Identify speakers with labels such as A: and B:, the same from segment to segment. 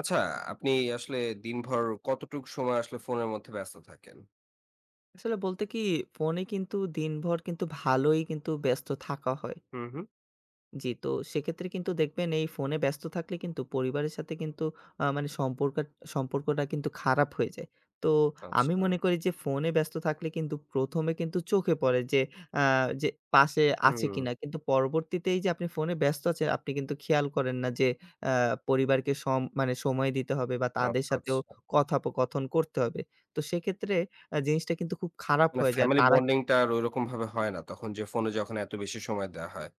A: আচ্ছা, আপনি আসলে দিনভর কতটুক সময় আসলে ফোনের মধ্যে ব্যস্ত থাকেন?
B: আসলে বলতে কি, ফোনে কিন্তু দিনভর কিন্তু ভালোই কিন্তু ব্যস্ত থাকা হয়।
A: হুম, হুম।
B: জি, তো সেক্ষেত্রে কিন্তু দেখবেন, এই ফোনে ব্যস্ত থাকলে কিন্তু পরিবারের সাথে কিন্তু মানে সম্পর্কটা কিন্তু খারাপ হয়ে যায়। তো আমি
A: আচ্ছা।
B: মনে করি যে ফোনে ব্যস্ত থাকলে কিন্তু ১ম এ কিন্তু চোখে পড়ে যে আ যে পাশে আছে
A: হুম,
B: কিনা। কিন্তু পরবর্তীতে এই যে আপনি ফোনে ব্যস্ত আছেন, আপনি কিন্তু খেয়াল করেন না যে আ পরিবারকে মানে সময় দিতে হবে বা তাদের
A: আচ্ছা,
B: সাথেও
A: আচ্ছা।
B: কথোপকথন করতে হবে। তো সেক্ষেত্রে জিনিসটা কিন্তু খুব খারাপ
A: মানে জি।
B: হয়ে যায়। আর
A: ফ্যামিলি
B: তারা
A: বন্ডিং টা আর ঐরকম ভাবে হয় না, তখন যে ফোনে যখন এত বেশি সময় দেয়া হয়।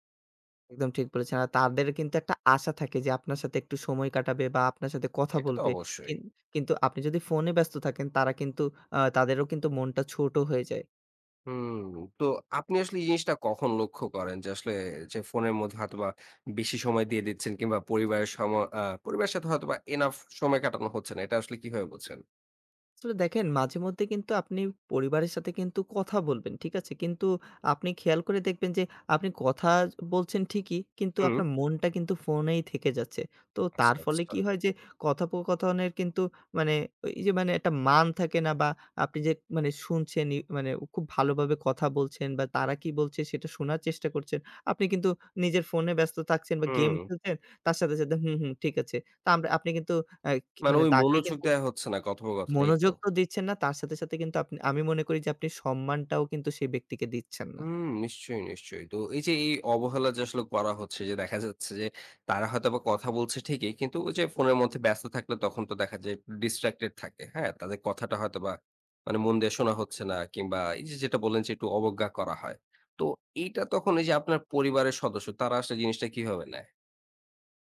B: একদম ঠিক বলেছেন। আর তাদের কিন্তু একটা আশা থাকে যে আপনার সাথে একটু সময় কাটাবে বা আপনার সাথে কথা
A: এটা তো
B: বলবে।
A: অবশ্যই।
B: কিন কিন্তু আপনি যদি ফোনে ব্যস্ত থাকেন, তারা কিন্তু আ তাদেরও কিন্তু মনটা ছোট হয়ে যায়।
A: হুম, তো আপনি আসলে এই জিনিসটা কখন লক্ষ্য করেন যে আসলে যে ফোনের মধ্যে হয়তোবা বেশি সময় দিয়ে দিচ্ছেন কিংবা পরিবারের সম আ পরিবারের সাথে হয়তোবা এনাফ সময় কাটানো হচ্ছে না। এটা আসলে কিভাবে বোঝেন?
B: আসলে দেখেন, মাঝে মধ্যে কিন্তু আপনি পরিবারের সাথে কিন্তু কথা বলবেন, ঠিক আছে? কিন্তু আপনি খেয়াল করে দেখবেন যে আপনি কথা বলছেন ঠিকই, কিন্তু
A: হুম।
B: আপনার মনটা কিন্তু ফোনেই থেকে যাচ্ছে। তো তার
A: আচ্ছা,
B: ফলে
A: আচ্ছা।
B: কি হয় যে কথোপকথনের কিন্তু মানে, এই যে মানে একটা মান থাকে না, বা আপনি যে মানে শুনছেন ই মানে খুব ভালোভাবে কথা বলছেন বা তারা কি বলছে সেটা শোনার চেষ্টা করছেন। আপনি কিন্তু নিজের ফোনে ব্যস্ত থাকছেন বা গেম
A: হুম,
B: খেলছেন। তার সাথে, সাথে হুম, হুম, ঠিক আছে। তা আমরা আপনি কিন্তু আ কি
A: মানে
B: মানে
A: ওই
B: তাকে
A: মনোযোগ
B: কিন্তু
A: দেয়া হচ্ছে না কথোপকথনে, এই তো?
B: মনোযোগ তো দিচ্ছেন না। তার সাথে, সাথে কিন্তু আপনি, আমি মনে করি যে আপনি সম্মানটাও কিন্তু সেই ব্যক্তিকে দিচ্ছেন না।
A: হুম, নিশ্চয়ই, নিশ্চয়ই। তো এই যে এই অবহেলা যে আসলে করা হচ্ছে, যে দেখা যাচ্ছে যে তারা হয়তোবা কথা বলছে ঠিকই কিন্তু ওই যে ফোনের মধ্যে ব্যস্ত থাকলে তখন তো দেখা যায় ডিস্ট্রাক্টেড থাকে। হ্যাঁ? তাদের কথাটা হয়তোবা মানে মন দিয়ে শোনা হচ্ছে না কিংবা এই যে যেটা বললেন যে একটু অবজ্ঞা করা হয়। তো এইটা তখন এই যে আপনার পরিবারের সদস্য তারা আসলে জিনিসটা কিভাবে নেয়?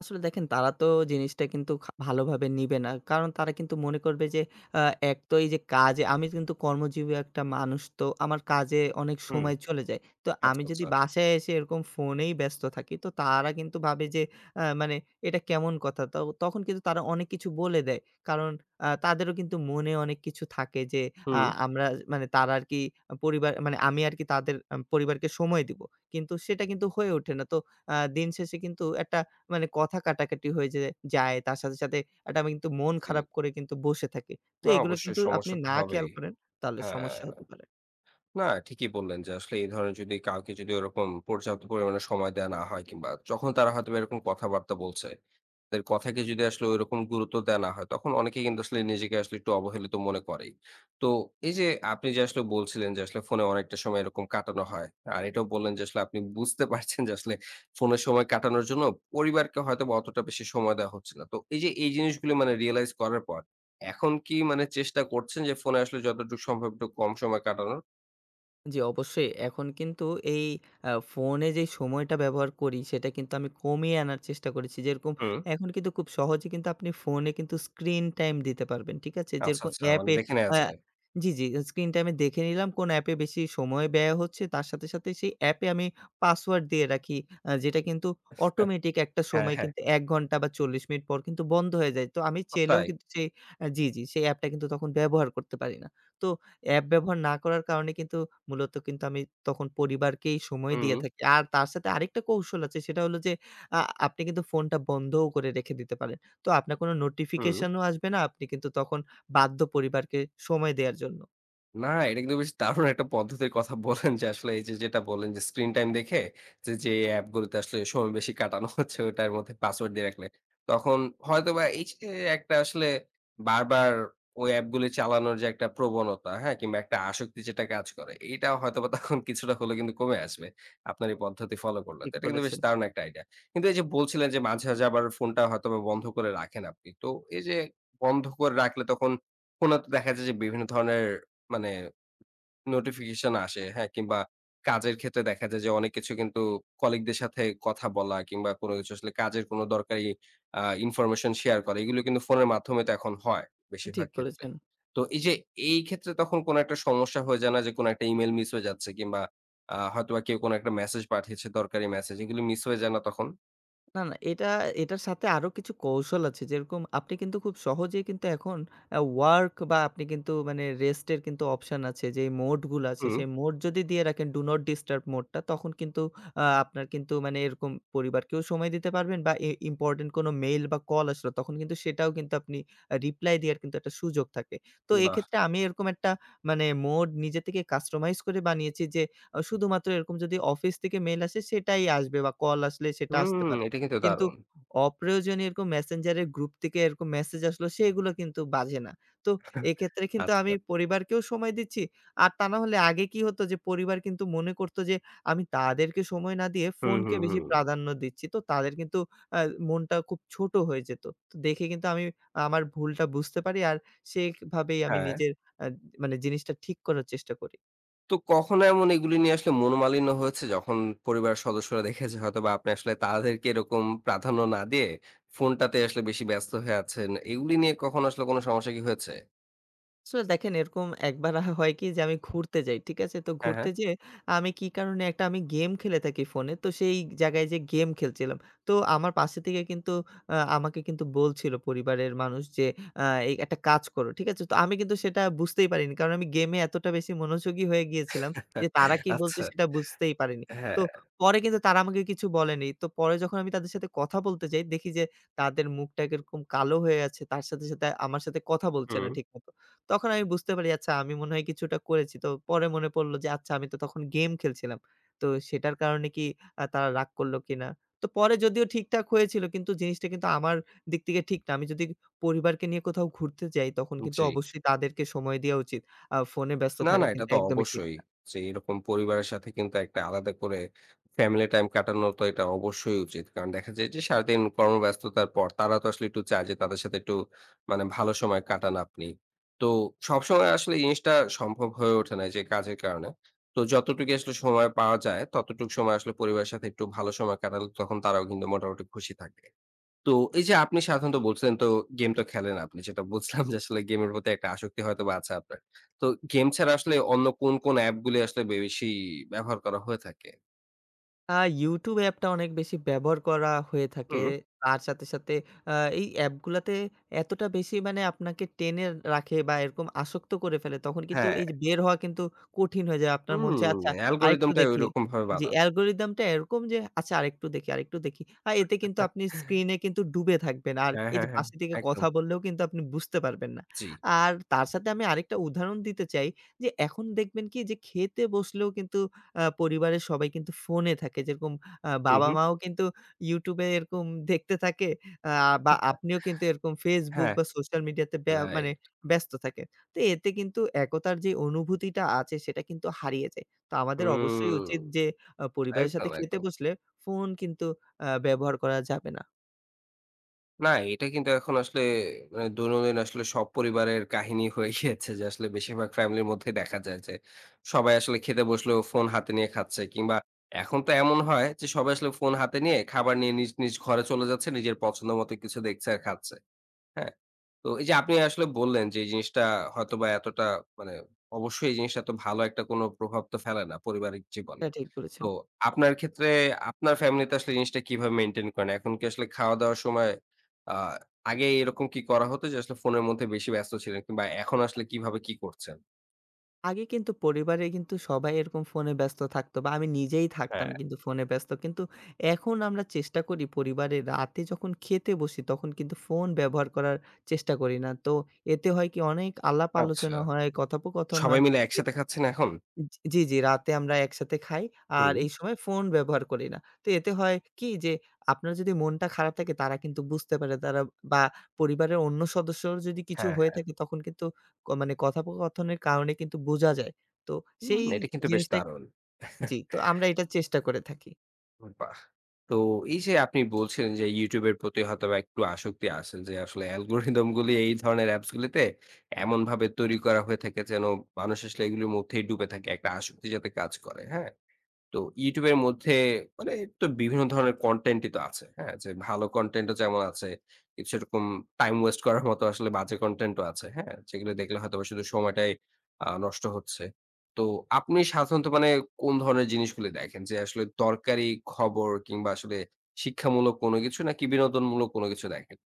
B: আসলে দেখেন, তারা তো জিনিসটা কিন্তু ভালোভাবে নিবে না। কারণ তারা কিন্তু মনে করবে যে আ এক তো এই যে, কাজে আমি কিন্তু কর্মজীবী একটা মানুষ, তো আমার কাজে অনেক
A: হুম,
B: সময় চলে যায়। তো আমি
A: আচ্ছা,
B: যদি
A: আচ্ছা।
B: বাসায় এসে এরকম ফোনেই ব্যস্ত থাকি, তো তারা কিন্তু ভাবে যে মানে এটা কেমন কথা? তো তখন কিন্তু তারা অনেক কিছু বলে দেয়। কারণ তাদেরও কিন্তু মনে অনেক কিছু থাকে যে আ
A: হুম,
B: আমরা মানে তারা আরকি, পরিবার মানে আমি আরকি তাদের পরিবারকে সময় দিব। কিন্তু সেটা কিন্তু হয়ে ওঠে না। তো দিন শেষে কিন্তু একটা মানে কথা কাটাকাটি হয়ে যে যায়। তার সাথে, সাথে একটা আমি কিন্তু মন
A: জি।
B: খারাপ করে কিন্তু বসে থাকি। তো
A: না
B: এগুলো
A: অবশ্যই
B: কিন্তু আপনি
A: সমস্যা তো
B: না খেয়াল
A: হবেই।
B: করেন, তাহলে
A: হ্যাঁ।
B: সমস্যা হতে পারে।
A: না, ঠিকই বললেন যে আসলে এই ধরনের যদি কাউকে যদি ওরকম পর্যাপ্ত পরিমাণে সময় দেয়া না হয় কিংবা যখন তারা হয়তো বা এরকম কথাবার্তা বলছে, তাদের কথাকে যদি আসলে ওইরকম গুরুত্ব দেয়া না হয়, তখন অনেকেই কিন্তু আসলে নিজেকে আসলে একটু অবহেলিত মনে করেই। তো এই যে আপনি যে আসলে বলছিলেন যে আসলে ফোনে অনেকটা সময় এরকম কাটানো হয়। আর এটাও বললেন যে আসলে আপনি বুঝতে পারছেন যে আসলে ফোনে সময় কাটানোর জন্য পরিবারকে হয়তোবা অতটা বেশি সময় দেওয়া হচ্ছে না। তো এই যে এই জিনিসগুলো মানে রিয়ালাইজ করার পর এখন কি মানে চেষ্টা করছেন যে ফোনে আসলে যতটুকু সম্ভব একটু কম সময় কাটানোর?
B: জি, অবশ্যই। এখন কিন্তু এই ফোনে যেই সময়টা ব্যবহার করি, সেটা কিন্তু আমি কমিয়ে আনার চেষ্টা করেছি। যেরকম
A: হুম।
B: এখন কিন্তু খুব সহজে কিন্তু আপনি ফোনে কিন্তু স্ক্রিন টাইম দিতে পারবেন। ঠিক আছে?
A: আচ্ছা,
B: যেরকম
A: আচ্ছা। মানে
B: অ্যাপে,
A: দেখে নেয়া
B: আ
A: যায়।
B: জি, জি। স্ক্রিন টাইমে দেখে নিলাম কোন অ্যাপে বেশি সময় ব্যয় হচ্ছে। তার সাথে, সাথে সেই অ্যাপে আমি পাসওয়ার্ড দিয়ে রাখি। যেটা কিন্তু অটোমেটিক একটা
A: হ্যাঁ,
B: সময়
A: হ্যাঁ।
B: কিন্তু ১ ঘন্টা বা ৪০ মিনিট পর কিন্তু বন্ধ হয়ে যায়। তো আমি
A: হ্যাঁ,
B: চাইলেও
A: তাই।
B: কিন্তু সেই, জি, জি। সেই অ্যাপটা কিন্তু তখন ব্যবহার করতে পারি না। তো অ্যাপ ব্যবহার না করার কারণে কিন্তু মূলত কিন্তু আমি তখন পরিবারকেই সময় দিয়ে
A: হুম,
B: থাকি। আর তার সাথে আরেকটা কৌশল আছে, সেটা হলো যে আ আপনি কিন্তু ফোনটা বন্ধও করে রেখে দিতে পারেন। তো আপনার কোনো
A: হুম।
B: নোটিফিকেশনও আসবে না। আপনি কিন্তু তখন বাধ্য, পরিবারকে সময় দেয়ার জন্য।
A: না, এটা কিন্তু বেশ দারুণ একটা পদ্ধতির কথা বললেন যে আসলে এই যে যেটা বললেন যে স্ক্রিন টাইম দেখে যে অ্যাপগুলোতে আসলে সময় বেশি কাটানো হচ্ছে ওটার মধ্যে পাসওয়ার্ড দিয়ে রাখলে, তখন হয়তোবা এই যে একটা আসলে বারবার ওই অ্যাপগুলি চালানোর যে একটা প্রবণতা, হ্যাঁ? কিংবা একটা আসক্তি যেটা কাজ করে, এইটা হয়তোবা তখন কিছুটা হলেও কিন্তু কমে আসবে আপনার এই পদ্ধতি ফলো করলে।
B: ঠিক
A: তো এটা কিন্তু বেশ
B: বলেছেন,
A: দারুণ একটা আইডিয়া। কিন্তু এই যে বলছিলেন যে মাঝে, মাঝে আবার ফোনটা হয়তোবা বন্ধ করে রাখেন আপনি। তো এই যে বন্ধ করে রাখলে তখন ফোনে তো দেখা যায় যে বিভিন্ন ধরনের মানে নোটিফিকেশন আসে, হ্যাঁ? কিংবা কাজের ক্ষেত্রে দেখা যায় যে অনেক কিছু কিন্তু কলিগদের সাথে কথা বলা কিংবা কোনো কিছু আসলে কাজের কোনো দরকারি ইনফরমেশন শেয়ার করা এগুলো কিন্তু ফোনের মাধ্যমে তো এখন হয়
B: ঠিক
A: বেশিরভাগ ক্ষেত্রে।
B: বলেছেন।
A: তো এই যে এই ক্ষেত্রে তখন কোনো একটা সমস্যা হয়ে যায় না যে কোনো একটা ইমেইল মিস হয়ে যাচ্ছে কিংবা হয়তোবা কেউ কোনো একটা মেসেজ পাঠিয়েছে, দরকারি মেসেজ এগুলো মিস হয়ে যায় না তখন?
B: না, না। এটা, এটার সাথে আরো কিছু কৌশল আছে। যেরকম আপনি কিন্তু খুব সহজেই কিন্তু এখন ওয়ার্ক বা আপনি কিন্তু মানে রেস্টের কিন্তু অপশন আছে। যেই মোডগুলো আছে,
A: হুম,
B: সেই মোড যদি দিয়ে রাখেন ডু নট ডিস্টার্ব মোডটা, তখন কিন্তু আপনার কিন্তু মানে এরকম পরিবারকেও সময় দিতে পারবেন, বা এ ইম্পোর্টেন্ট কোনো মেইল বা কল আসলো তখন কিন্তু সেটাও কিন্তু আপনি রিপ্লাই দেওয়ার কিন্তু একটা সুযোগ থাকে। তো
A: বাহ!
B: এক্ষেত্রে আমি এরকম একটা মানে মোড নিজে থেকে কাস্টমাইজ করে বানিয়েছি, যে শুধুমাত্র এরকম যদি অফিস থেকে মেইল আসে সেটাই আসবে, বা কল আসলে সেটা আসতে
A: হুম,
B: পারে।
A: এটা কিন্তু
B: কিন্তু
A: দারুণ।
B: অপ্রয়োজনীয় এরকম মেসেঞ্জারের গ্রুপ থেকে এরকম মেসেজ আসলো, সেগুলো কিন্তু বাজে না। তো এক্ষেত্রে কিন্তু আমি
A: আচ্ছা।
B: পরিবারকেও সময় দিচ্ছি। আর তা না হলে আগে কি হতো, যে পরিবার কিন্তু মনে করত যে আমি তাদেরকে সময় না দিয়ে
A: হুম,
B: ফোনকে
A: হুম,
B: বেশি
A: হুম।
B: প্রাধান্য দিচ্ছি। তো তাদের কিন্তু আ মনটা খুব ছোট হয়ে যেত। তো দেখে কিন্তু আমি আমার ভুলটা বুঝতে পারি, আর সেভাবেই আমি
A: হ্যাঁ।
B: নিজের আ মানে জিনিসটা ঠিক করার চেষ্টা করি।
A: তো কখনো এমন এগুলি নিয়ে আসলে মনোমালিন্য হয়েছে? যখন পরিবারের সদস্যরা দেখেছে হয়তোবা আপনি আসলে তাদেরকে এরকম প্রাধান্য না দিয়ে ফোনটাতে আসলে বেশি ব্যস্ত হয়ে আছেন। এগুলি নিয়ে কখনো আসলে কোনো সমস্যা কি হয়েছে?
B: আসলে দেখেন, এরকম একবার হয় কি যে আমি ঘুরতে যাই। ঠিক আছে? তো
A: হ্যাঁ, হ্যাঁ।
B: ঘুরতে যেয়ে আমি কি কারণে, একটা আমি গেম খেলে থাকি ফোনে। তো সেই জায়গায় যেয়ে গেম খেলছিলাম। তো আমার পাশে থেকে কিন্তু আমাকে কিন্তু বলছিল পরিবারের মানুষ যে, "আ এই একটা কাজ করো।" ঠিক আছে? তো আমি কিন্তু সেটা বুঝতেই পারিনি। কারণ আমি গেমে এতটা বেশি মনোযোগী হয়ে গিয়েছিলাম যে তারা কি বলছে
A: আচ্ছা।
B: সেটা বুঝতেই পারিনি। তো
A: হ্যাঁ।
B: পরে কিন্তু তারা আমাকে কিছু বলেনি। তো পরে যখন আমি তাদের সাথে কথা বলতে যাই, দেখি যে তাদের মুখটা কিরকম কালো হয়ে আছে। তার সাথে, সাথে আমার সাথে কথা বলছে না
A: হুম,
B: ঠিকমত। তখন আমি বুঝতে পারি, আচ্ছা, আমি মনে হয় কিছুটা করেছি। তো পরে মনে পড়ল, যে আচ্ছা, আমি তো তখন গেম খেলছিলাম। তো সেটার কারণে কি তারা রাগ করল কিনা? তো পরে যদিও ঠিকঠাক হয়েছিল, কিন্তু জিনিসটা কিন্তু আমার দিক থেকে ঠিক না। আমি যদি পরিবারকে নিয়ে কোথাও ঘুরতে যাই, তখন কিন্তু
A: জি।
B: অবশ্যই তাদেরকে সময় দেয়া উচিত। ফোনে ব্যস্ত
A: না,
B: থাকা
A: না, এটা
B: কিন্তু
A: তো
B: একদমই ঠিক
A: অবশ্যই।
B: না।
A: যে এরকম পরিবারের সাথে কিন্তু একটা আলাদা করে ফ্যামিলি টাইম কাটানো তো এটা অবশ্যই উচিত। কারণ দেখা যায় যে সারাদিন কর্মব্যস্ততার পর তারা তো আসলে একটু চায় যে তাদের সাথে একটু মানে ভালো সময় কাটান আপনি। তো সবসময় আসলে এই জিনিসটা সম্ভব হয়ে ওঠে না এই যে কাজের কারণে। তো যতটুকু আসলে সময় পাওয়া যায় ততটুকু সময় আসলে পরিবারের সাথে একটু ভালো সময় কাটালে তখন তারাও কিন্তু মোটামুটি খুশি থাকে। তো এই যে আপনি সাধারণত বলছিলেন তো, গেম তো খেলেন আপনি। যেটা বুঝলাম যে আসলে গেমের প্রতি একটা আসক্তি হয়তোবা আছে আপনার। তো গেম ছাড়া আসলে অন্য কোন, কোন অ্যাপ গুলি আসলে বেশি ব্যবহার করা হয়ে থাকে?
B: আ YouTube অ্যাপটা অনেক বেশি ব্যবহার করা হয়ে থাকে।
A: হুম।
B: তার সাথে, সাথে আ এই অ্যাপগুলাতে এতটা বেশি মানে আপনাকে টেনে রাখে বা এরকম আসক্ত করে ফেলে, তখন কিন্তু
A: হ্যাঁ,
B: এই যে বের হওয়া কিন্তু কঠিন হয়ে যায়। আপনার মন চায়,
A: হুম,
B: আচ্ছা, আরেকটু
A: অ্যালগরিদম টাই
B: দেখি।
A: ঐরকম ভাবে
B: যে
A: বানানো।
B: অ্যালগরিদমটা এরকম, যে আচ্ছা, আরেকটু দেখি, আরেকটু দেখি। এতে কিন্তু আপনি স্ক্রিনে কিন্তু ডুবে থাকবেন। আর
A: হ্যাঁ,
B: এই যে
A: হ্যাঁ, হ্যাঁ,
B: পাশে থেকে কথা
A: একদম।
B: বললেও কিন্তু আপনি বুঝতে পারবেন না।
A: জি।
B: আর তার সাথে আমি আরেকটা উদাহরণ দিতে চাই, যে এখন দেখবেন কি, যে খেতে বসলেও কিন্তু পরিবারের সবাই কিন্তু ফোনে থাকে। যেরকম
A: হুম, হুম।
B: বাবা-মাও কিন্তু YouTube এ এরকম দেখতে থাকে। আ বা আপনিও কিন্তু এরকম Facebook
A: হ্যাঁ।
B: বা সোশ্যাল মিডিয়াতে মানে
A: রাইট।
B: ব্যস্ত থাকে। তো এতে কিন্তু একতার যে অনুভূতিটা আছে সেটা কিন্তু হারিয়ে যায়। তো আমাদের অবশ্যই
A: হুম,
B: উচিত যে পরিবারের সাথে
A: একদম,
B: খেতে
A: একদম।
B: বসলে ফোন কিন্তু ব্যবহার করা যাবে না।
A: না, এটা কিন্তু এখন আসলে মানে দৈনন্দিন আসলে সব পরিবারের কাহিনী হয়ে গিয়েছে যে আসলে বেশিরভাগ ফ্যামিলির মধ্যে দেখা যায় যে সবাই আসলে খেতে বসলেও ফোন হাতে নিয়ে খাচ্ছে কিংবা এখন তো এমন হয় যে সবাই আসলে ফোন হাতে নিয়ে খাবার নিয়ে নিজ নিজ ঘরে চলে যাচ্ছে, নিজের পছন্দ মতো কিছু দেখছে আর খাচ্ছে। হ্যাঁ? তো এই যে আপনি আসলে বললেন যে এই জিনিসটা হয়তোবা এতটা মানে অবশ্যই এই জিনিসটা এত ভালো একটা কোনো প্রভাব তো ফেলে না পারিবারিক জীবনে।
B: এটা ঠিক বলেছেন।
A: তো আপনার ক্ষেত্রে আপনার ফ্যামিলিতে আসলে জিনিসটা কিভাবে মেইনটেইন করেন? এখন কি আসলে খাওয়া-দাওয়ার সময় আ আগে এরকম কি করা হতো যে আসলে ফোনের মধ্যে বেশি ব্যস্ত ছিলেন কিংবা এখন আসলে কিভাবে কি করছেন?
B: আগে কিন্তু পরিবারে কিন্তু সবাই এরকম ফোনে ব্যস্ত থাকতো, বা আমি নিজেই থাকতাম
A: হ্যাঁ।
B: কিন্তু ফোনে ব্যস্ত। কিন্তু এখন আমরা চেষ্টা করি, পরিবারে রাতে যখন খেতে বসি তখন কিন্তু ফোন ব্যবহার করার চেষ্টা করি না। তো এতে হয় কি, অনেক আলাপ
A: আচ্ছা।
B: আলোচনা হয়, কথোপকথন
A: সবাই
B: হয়।
A: মিলে একসাথে খাচ্ছেন এখন?
B: জি, জি, রাতে আমরা একসাথে খাই। আর
A: হুম।
B: এই সময় ফোন ব্যবহার করি না। তো এতে হয় কি, যে আপনার যদি মনটা খারাপ থাকে তারা কিন্তু বুঝতে পারে, তারা, বা পরিবারের অন্য সদস্যর যদি কিছু
A: হ্যাঁ,
B: হয়ে
A: হ্যাঁ।
B: থাকে তখন কিন্তু মানে কথোপকথনের কারণে কিন্তু বোঝা যায়। তো সেই
A: হুম, এটা কিন্তু বেশ
B: জিনিসটাই,
A: দারুণ।
B: জি, তো আমরা এটা চেষ্টা করে থাকি।
A: বাহ! তো এই যে আপনি বলছিলেন যে YouTube এর প্রতি হয়তোবা একটু আসক্তি আছে যে আসলে অ্যালগরিদম গুলি এই ধরনের অ্যাপস গুলিতে এমনভাবে তৈরি করা হয়ে থাকে যেন মানুষ আসলে এগুলির মধ্যেই ডুবে থাকে, একটা আসক্তি যাতে কাজ করে। হ্যাঁ? তো YouTube এর মধ্যে মানে তো বিভিন্ন ধরনের কনটেন্টই তো আছে। হ্যাঁ? যে ভালো কনটেন্টও যেমন আছে, কিছু এরকম টাইম ওয়েস্ট করার মতো আসলে বাজে কনটেন্টও আছে। হ্যাঁ? যেগুলো দেখলে হয়তোবা শুধু সময়টাই নষ্ট হচ্ছে। তো আপনি সাধারণত মানে কোন ধরনের জিনিসগুলো দেখেন? যে আসলে দরকারি খবর কিংবা আসলে শিক্ষামূলক কোনো কিছু নাকি বিনোদনমূলক কোনো কিছু দেখেন?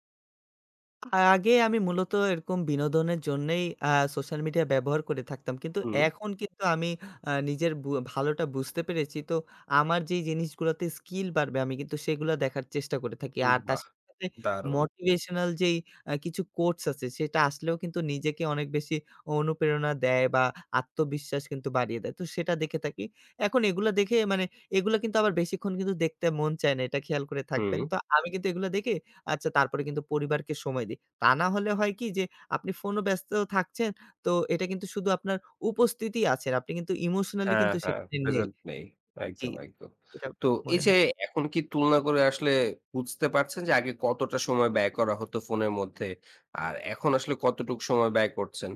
B: আ আগে আমি মূলত এরকম বিনোদনের জন্যেই সোশ্যাল মিডিয়া ব্যবহার করে থাকতাম। কিন্তু
A: হুম,
B: এখন কিন্তু আমি নিজের ভালোটা বুঝতে পেরেছি। তো আমার যেই জিনিসগুলাতে স্কিল বাড়বে আমি কিন্তু সেগুলা দেখার চেষ্টা করে থাকি।
A: হুম,
B: আর তার
A: বাহ!
B: সাথে
A: দারুণ।
B: মোটিভেশনাল যেই কিছু কোটস আছে সেটা আসলেও কিন্তু নিজেকে অনেক বেশি অনুপ্রেরণা দেয় বা আত্মবিশ্বাস কিন্তু বাড়িয়ে দেয়। তো সেটা দেখে থাকি। এখন এগুলা দেখে মানে, এগুলা কিন্তু আবার বেশিক্ষণ কিন্তু দেখতে মন চায় না। এটা খেয়াল করে থাকবেন।
A: হুম।
B: তো আমি কিন্তু এগুলা দেখে, আচ্ছা, তারপরে কিন্তু পরিবারকে সময় দেই। তা না হলে হয় কি যে আপনি ফোনও ব্যস্ত থাকছেন। তো এটা কিন্তু শুধু আপনার উপস্থিতি আছেন। আপনি কিন্তু ইমোশনালি
A: হ্যাঁ,
B: কিন্তু
A: হ্যাঁ,
B: সেখানে নেই।
A: প্রেজেন্ট নেই।
B: জি,
A: একদম, একদম।
B: এটা
A: তো এই
B: মনে
A: যে
B: হয়।
A: এখন কি তুলনা করে আসলে বুঝতে পারছেন যে আগে কতটা সময় ব্যয় করা হতো ফোনের মধ্যে? আর এখন আসলে কতটুকু সময় ব্যয় করছেন?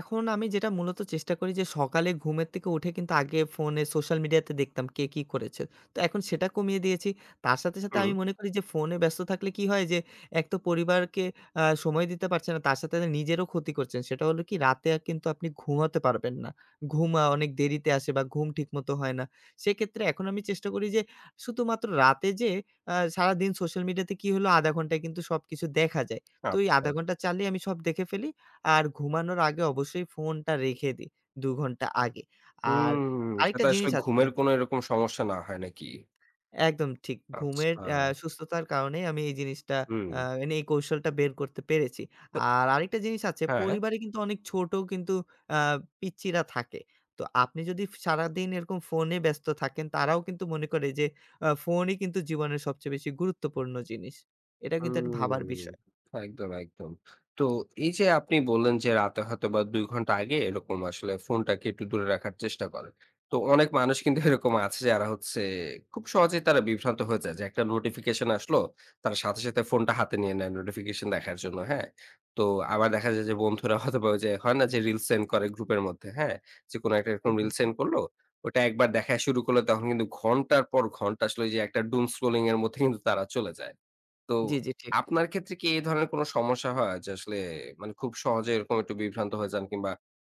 B: এখন আমি যেটা মূলত চেষ্টা করি, যে সকালে ঘুমের থেকে উঠে কিন্তু আগে ফোনে সোশ্যাল মিডিয়াতে দেখতাম কে কি করেছে। তো এখন সেটা কমিয়ে দিয়েছি। তার সাথে, সাথে
A: হুম,
B: আমি মনে করি যে ফোনে ব্যস্ত থাকলে কি হয়, যে এক তো পরিবারকে সময় দিতে পারছেন না, তার সাথে সাথে নিজেরও ক্ষতি করছেন। সেটা হলো কি, রাতে কিন্তু আপনি ঘুমাতে পারবেন না। ঘুম অনেক দেরিতে আসে বা ঘুম ঠিকমতো হয় না। সেক্ষেত্রে এখন আমি চেষ্টা করি যে শুধুমাত্র রাতে যেয়ে সারাদিন সোশ্যাল মিডিয়াতে কি হলো আধা ঘন্টায় কিন্তু সবকিছু দেখা যায়। তো এই
A: আচ্ছা।
B: আধা ঘন্টা চালিয়ে আমি সব দেখে ফেলি। আর ঘুমানোর আগে অবশ্যই ফোনটা রেখে দিই ২ ঘন্টা আগে। আর
A: হুম,
B: আরেকটা
A: যাতে আসলে
B: জিনিস আছে
A: ঘুমের
B: কিন্তু,
A: কোনো এরকম সমস্যা না হয় নাকি?
B: একদম ঠিক। ঘুমের
A: আচ্ছা,
B: সুস্থতার কারণেই আমি এই জিনিসটা,
A: হুম।
B: মানে এই কৌশলটা বের করতে পেরেছি।
A: তো
B: আর আরেকটা জিনিস আছে,
A: হ্যাঁ।
B: পরিবারে কিন্তু অনেক ছোট কিন্তু আ পিচ্চিরা থাকে। তো আপনি যদি সারাদিন এরকম ফোনে ব্যস্ত থাকেন তারাও কিন্তু মনে করে যে ফোনই কিন্তু জীবনের সবচেয়ে বেশি গুরুত্বপূর্ণ জিনিস। এটা কিন্তু একটা ভাবার
A: হুম,
B: বিষয়।
A: একদম, একদম। তো এই যে আপনি বললেন যে রাতে হয়তোবা ২ ঘন্টা আগে এরকম আসলে ফোনটাকে একটু দূরে রাখার চেষ্টা করেন। তো অনেক মানুষ কিন্তু এরকম আছে যারা হচ্ছে খুব সহজেই তারা বিভ্রান্ত হয়ে যায় যে একটা নোটিফিকেশন আসলো, তারা সাথে, সাথে ফোনটা হাতে নিয়ে নেয় নোটিফিকেশন দেখার জন্য, হ্যাঁ? তো আবার দেখা যায় যে বন্ধুরা হয়তোবা ওই যে হয় না যে রিল সেন্ড করে গ্রুপের মধ্যে, হ্যাঁ? যে কোনো একটা এরকম
B: একদম
A: রিল
B: ঠিক।
A: সেন্ড করলো, ওটা একবার দেখা শুরু করলে তখন কিন্তু ঘন্টার পর ঘন্টা আসলে ওই যে একটা doom scrolling এর মধ্যে কিন্তু তারা চলে যায়। তো
B: জি, জি, ঠিক।
A: আপনার ক্ষেত্রে কি এই ধরনের কোনো সমস্যা হয় যে আসলে মানে খুব সহজে এরকম একটু বিভ্রান্ত হয়ে যান কিংবা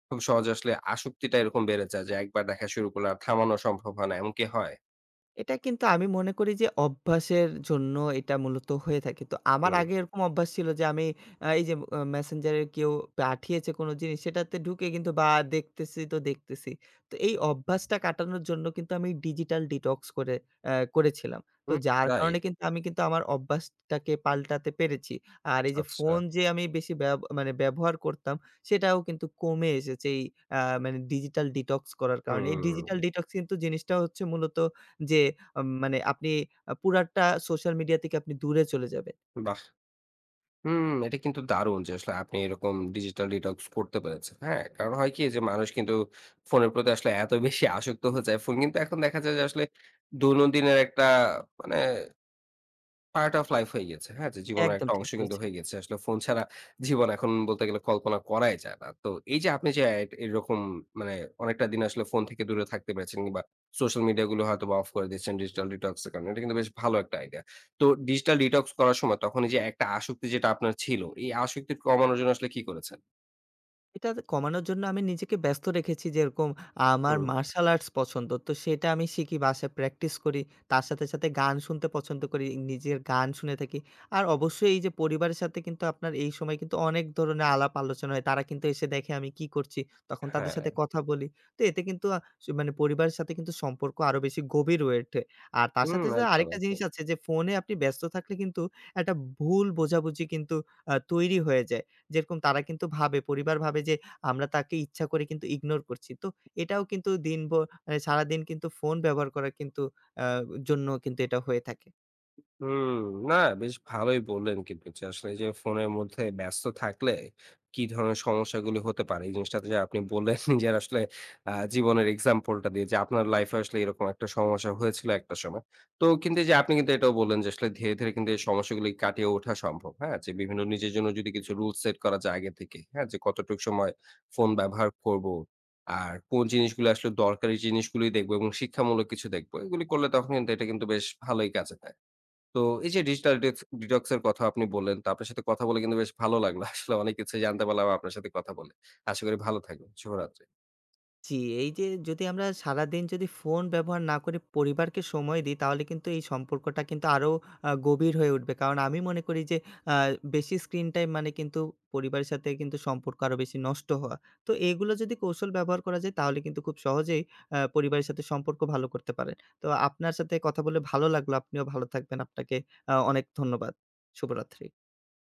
A: খুব সহজে আসলে আসক্তিটা এরকম বেড়ে যায় যে একবার দেখা শুরু করলে আর থামানো সম্ভব হয় না, এমন কি হয়?
B: এটা কিন্তু আমি মনে করি যে অভ্যাসের জন্য এটা মূলত হয়ে থাকে। তো আমার
A: হুম,
B: আগে এরকম অভ্যাস ছিল যে আমি এই যে Messenger এ কেউ পাঠিয়েছে কোনো জিনিস সেটাতে ঢুকে কিন্তু বা দেখতেছি তো দেখতেছি। তো এই অভ্যাসটা কাটানোর জন্য কিন্তু আমি ডিজিটাল ডিটক্স করে, করেছিলাম। তো
A: হুম,
B: যার
A: তাই?
B: কারণে কিন্তু আমি কিন্তু আমার অভ্যাসটাকে পাল্টাতে পেরেছি। আর এই যে
A: আচ্ছা।
B: ফোন যে আমি বেশি মানে ব্যবহার করতাম, সেটাও কিন্তু কমে এসেছে এই, আ মানে ডিজিটাল ডিটক্স করার কারণে। এই
A: হুম,
B: ডিজিটাল ডিটক্স কিন্তু জিনিসটা হচ্ছে মূলত যে মানে আপনি পুরাটা সোশ্যাল মিডিয়া থেকে আপনি দূরে চলে যাবেন।
A: বাহ! হুম, এটা কিন্তু দারুণ যে আসলে আপনি এরকম ডিজিটাল ডিটক্স করতে পেরেছেন। হ্যাঁ? কারণ হয় কি যে মানুষ কিন্তু ফোনের প্রতি আসলে এত বেশি আসক্ত হয়ে যায়। ফোন কিন্তু এখন দেখা যায় যে আসলে দৈনন্দিনের একটা মানে পার্ট অফ লাইফ হয়ে গেছে। হ্যাঁ? যে জীবনের
B: একদম
A: একটা
B: ঠিক
A: অংশ কিন্তু
B: বলেছেন।
A: হয়ে গেছে। আসলে ফোন ছাড়া জীবন এখন বলতে গেলে কল্পনা করাই যায় না। তো এই যে আপনি যে এরকম মানে অনেকটা দিন আসলে ফোন থেকে দূরে থাকতে পেরেছেন কিংবা সোশ্যাল মিডিয়া গুলো হয়তোবা অফ করে দিয়েছেন ডিজিটাল ডিটক্স এর কারণে। এটা কিন্তু বেশ ভালো একটা আইডিয়া। তো ডিজিটাল ডিটক্স করার সময় তখন এই যে একটা আসক্তি যেটা আপনার ছিল, এই আসক্তি কমানোর জন্য আসলে কি করেছেন?
B: এটা কমানোর জন্য আমি নিজেকে ব্যস্ত রেখেছি। যেরকম, আমার
A: হুম।
B: মার্শাল আর্টস পছন্দ। তো সেটা আমি শিখি, বাসায় প্র্যাকটিস করি। তার সাথে, সাথে গান শুনতে পছন্দ করি। নিজের গান শুনে থাকি। আর অবশ্যই এই যে পরিবারের সাথে কিন্তু আপনার এই সময় কিন্তু অনেক ধরনের আলাপ আলোচনা হয়। তারা কিন্তু এসে দেখে আমি কি করছি। তখন তাদের
A: হ্যাঁ।
B: সাথে কথা বলি। তো এতে কিন্তু মানে পরিবারের সাথে কিন্তু সম্পর্ক আরো বেশি গভীর হয়ে ওঠে। আর তার
A: হুম,
B: সাথে, সাথে
A: একদম,
B: আরেকটা জিনিস
A: একদম।
B: আছে যে ফোনে আপনি ব্যস্ত থাকলে কিন্তু একটা ভুল বোঝাবুঝি কিন্তু তৈরি হয়ে যায়। যেরকম তারা কিন্তু ভাবে, পরিবার ভাবে যে আমরা তাকে ইচ্ছা করে কিন্তু ইগনোর করছি। তো এটাও কিন্তু দিনভর মানে সারাদিন কিন্তু ফোন ব্যবহার করার কিন্তু আ জন্য কিন্তু এটা হয়ে থাকে।
A: হুম, না বেশ ভালোই বললেন কিন্তু যে আসলে এই যে ফোনের মধ্যে ব্যস্ত থাকলে কি ধরনের সমস্যাগুলি হতে পারে, এই জিনিসটা যে আপনি বললেন নিজের আসলে জীবনের এক্সাম্পলটা দিয়ে যে আপনার লাইফে আসলে এরকম একটা সমস্যা হয়েছিল একটা সময়। তো কিন্তু এই যে আপনি কিন্তু এটাও বললেন যে আসলে ধীরে ধীরে কিন্তু এই সমস্যাগুলি কাটিয়ে ওঠা সম্ভব, হ্যাঁ? যে বিভিন্ন নিজের জন্য যদি কিছু রুল সেট করা যায় আগে থেকে, হ্যাঁ? যে কতটুকু সময় ফোন ব্যবহার করব আর কোন জিনিসগুলো আসলে দরকারি জিনিসগুলি দেখবো এবং শিক্ষামূলক কিছু দেখবো, এগুলি করলে তখন কিন্তু এটা কিন্তু বেশ ভালোই কাজে দেয়। তো এই যে ডিজিটাল ডিটক্স ডিটক্স এর কথা আপনি বললেন, তো আপনার সাথে কথা বলে কিন্তু বেশ ভালো লাগলো। আসলে অনেক কিছু জানতে পারলাম আপনার সাথে কথা বলে। আশা করি ভালো থাকবেন। শুভরাত্রি।
B: জি, এই যে, যদি আমরা সারাদিন যদি ফোন ব্যবহার না করে পরিবারকে সময় দিই, তাহলে কিন্তু এই সম্পর্কটা কিন্তু আরো গভীর হয়ে উঠবে। কারণ আমি মনে করি যে আ বেশি স্ক্রিন টাইম মানে কিন্তু পরিবারের সাথে কিন্তু সম্পর্ক আরো বেশি নষ্ট হওয়া। তো এগুলো যদি কৌশল ব্যবহার করা যায় তাহলে কিন্তু খুব সহজেই পরিবারের সাথে সম্পর্ক ভালো করতে পারেন। তো আপনার সাথে কথা বলে ভালো লাগলো। আপনিও ভালো থাকবেন। আপনাকে অনেক ধন্যবাদ। শুভরাত্রি।